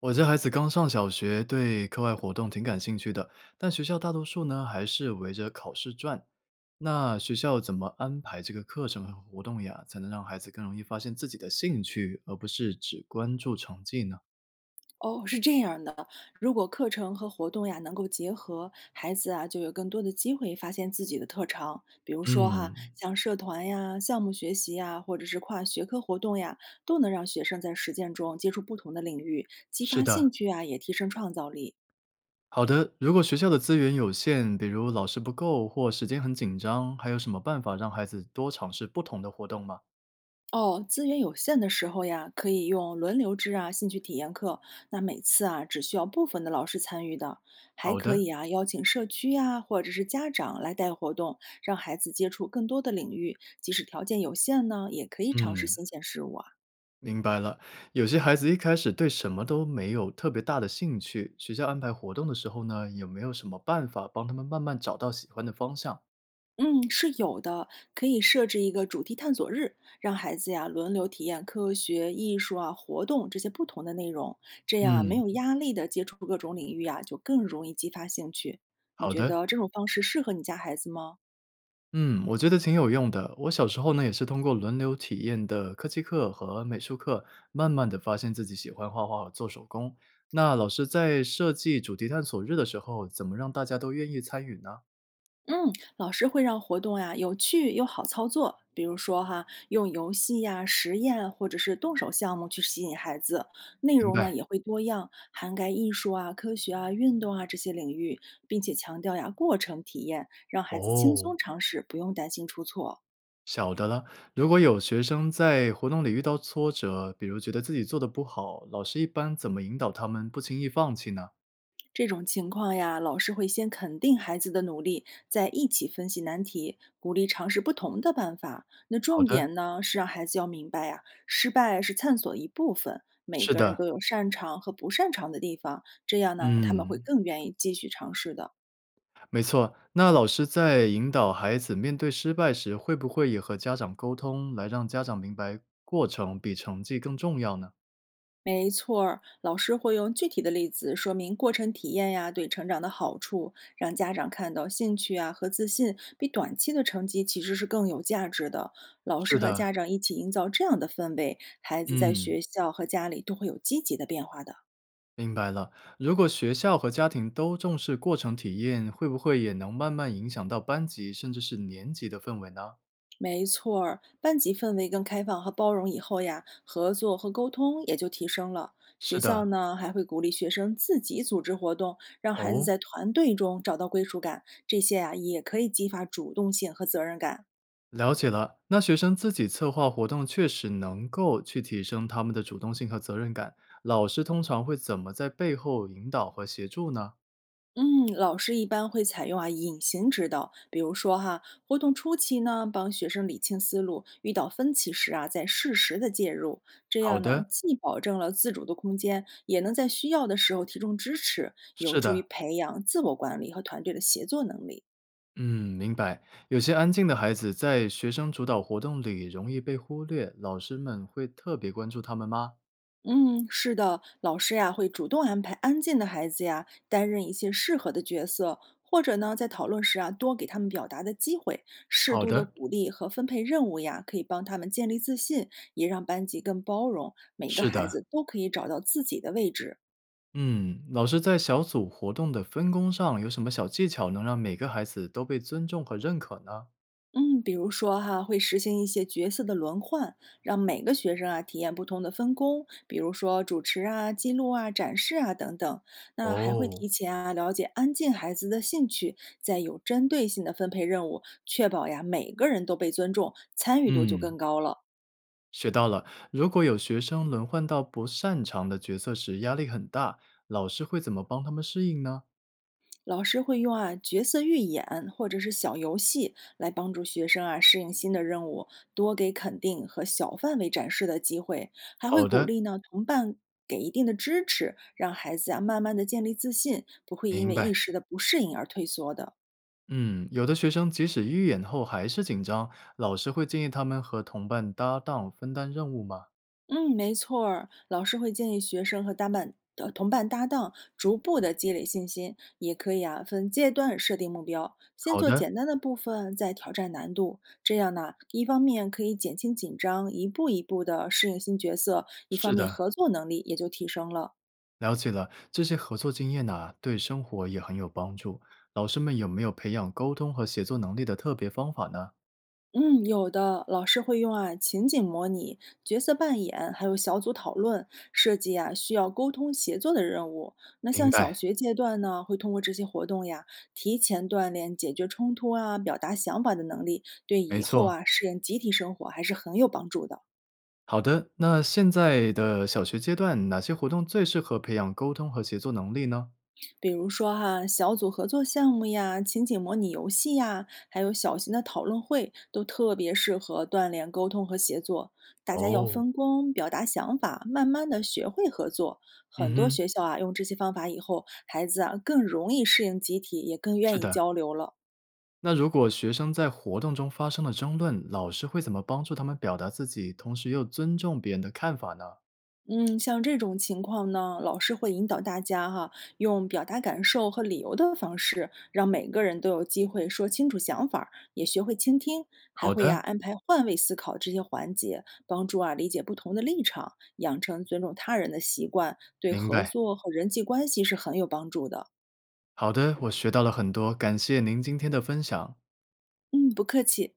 我家孩子刚上小学，对课外活动挺感兴趣的，但学校大多数呢还是围着考试转。那学校怎么安排这个课程和活动呀，才能让孩子更容易发现自己的兴趣，而不是只关注成绩呢？哦，是这样的，如果课程和活动呀能够结合，孩子啊就有更多的机会发现自己的特长。比如说哈，嗯，像社团呀、项目学习呀，或者是跨学科活动呀，都能让学生在实践中接触不同的领域，激是发的，兴趣啊，也提升创造力。好的。如果学校的资源有限，比如老师不够或时间很紧张，还有什么办法让孩子多尝试不同的活动吗？哦，资源有限的时候呀，可以用轮流制啊，兴趣体验课。那每次啊，只需要部分的老师参与的，还好可的，以啊，邀请社区呀、或者是家长来带活动，让孩子接触更多的领域。即使条件有限呢，也可以尝试嗯，新鲜事物啊。明白了，有些孩子一开始对什么都没有特别大的兴趣，学校安排活动的时候呢，有没有什么办法帮他们慢慢找到喜欢的方向？嗯，是有的，可以设置一个主题探索日，让孩子呀轮流体验科学、艺术啊、活动这些不同的内容，这样啊没嗯，有压力的接触各种领域啊，就更容易激发兴趣。你好觉的，得这种方式适合你家孩子吗？嗯，我觉得挺有用的。我小时候呢，也是通过轮流体验的科技课和美术课，慢慢的发现自己喜欢画画和做手工。那老师在设计主题探索日的时候，怎么让大家都愿意参与呢？嗯，老师会让活动呀有趣又好操作，比如说哈，用游戏呀、实验或者是动手项目去吸引孩子，内明容呢白。也会多样，涵盖艺术啊、科学啊、运动啊这些领域，并且强调呀过程体验，让孩子轻哦，松尝试，不用担心出错。晓得了。如果有学生在活动里遇到挫折，比如觉得自己做的不好，老师一般怎么引导他们不轻易放弃呢？这种情况呀，老师会先肯定孩子的努力，再一起分析难题，鼓励尝试不同的办法。那好重的，点呢，是让孩子要明白呀，失败是探索一部分，每是个人的，都有擅长和不擅长的地方，这样呢，他们会嗯，更愿意继续尝试的。没错。那老师在引导孩子面对失败时，会不会也和家长沟通，来让家长明白过程比成绩更重要呢？没错儿，老师会用具体的例子说明过程体验呀对成长的好处，让家长看到兴趣啊和自信比短期的成绩其实是更有价值的。老是师和的，家长一起营造这样的氛围，孩子在嗯，学校和家里都会有积极的变化的。明白了。如果学校和家庭都重视过程体验，会不会也能慢慢影响到班级甚至是年级的氛围呢？没错儿，班级氛围更开放和包容以后呀，合作和沟通也就提升了。学是的，校呢还会鼓励学生自己组织活动，让孩子哦。在团队中找到归属感，这些呀也可以激发主动性和责任感。了解了，那学生自己策划活动确实能够去提升他们的主动性和责任感。老师通常会怎么在背后引导和协助呢？嗯，老师一般会采用啊隐形指导，比如说哈，活动初期呢，帮学生理清思路，遇到分歧时啊，再适时的介入，这好样呢，的，既保证了自主的空间，也能在需要的时候提供支持，有是助于的，培养自我管理和团队的协作能力。嗯，明白。有些安静的孩子在学生主导活动里容易被忽略，老师们会特别关注他们吗？嗯，是的，老师呀会主动安排安静的孩子呀担任一些适合的角色，或者呢在讨论时啊多给他们表达的机会，适好度的的，鼓励和分配任务呀，可以帮他们建立自信，也让班级更包容，每个是孩的，子都可以找到自己的位置。嗯，老师在小组活动的分工上有什么小技巧能让每个孩子都被尊重和认可呢？嗯，比如说哈，会实行一些角色的轮换，让每个学生啊体验不同的分工，比如说主持啊、记录啊、展示啊等等。那还会哦，提前啊了解安静孩子的兴趣，再有针对性的分配任务，确保呀每个人都被尊重，参与度就嗯。更高了。学到了，如果有学生轮换到不擅长的角色时，压力很大，老师会怎么帮他们适应呢？老师会用啊角色预演或者是小游戏来帮助学生啊适应新的任务，多给肯定和小范围展示的机会，还会好鼓的，励呢同伴给一定的支持，让孩子啊慢慢的建立自信，不会因明为白。一时的不适应而退缩的。嗯，有的学生即使预演后还是紧张，老师会建议他们和同伴搭档分担任务吗？嗯，没错儿，老师会建议学生和同伴搭档，逐步的积累信心。也可以啊，分阶段设定目标，先好做的，简单的部分，再挑战难度。这样呢，一方面可以减轻紧张，一步一步的适应新角色；一方是面的，合作能力也就提升了。了解了。这些合作经验呐、对生活也很有帮助。老师们有没有培养沟通和协作能力的特别方法呢？嗯，有的，老师会用啊情景模拟、角色扮演，还有小组讨论设计啊需要沟通协作的任务。那明像小白，学阶段呢，会通过这些活动呀，提前锻炼解决冲突啊、表达想法的能力，对没以后错。啊适应集体生活还是很有帮助的。好的，那现在的小学阶段，哪些活动最适合培养沟通和协作能力呢？比如说哈，小组合作项目呀、情景模拟游戏呀，还有小型的讨论会，都特别适合锻炼沟通和协作。大家要哦，分工，表达想法，慢慢的学会合作。嗯很多哼，学校啊，用这些方法以后，孩子啊更容易适应集体，也更是愿意的。交流了。那如果学生在活动中发生了争论，老师会怎么帮助他们表达自己，同时又尊重别人的看法呢？嗯，像这种情况呢，老师会引导大家哈，用表达感受和理由的方式，让每个人都有机会说清楚想法儿也学会倾听，还好会呀、的，安排换位思考这些环节，帮助啊理解不同的立场，养成尊重他人的习惯，对明合白。作和人际关系是很有帮助的。好的，我学到了很多，感谢您今天的分享。嗯，不客气。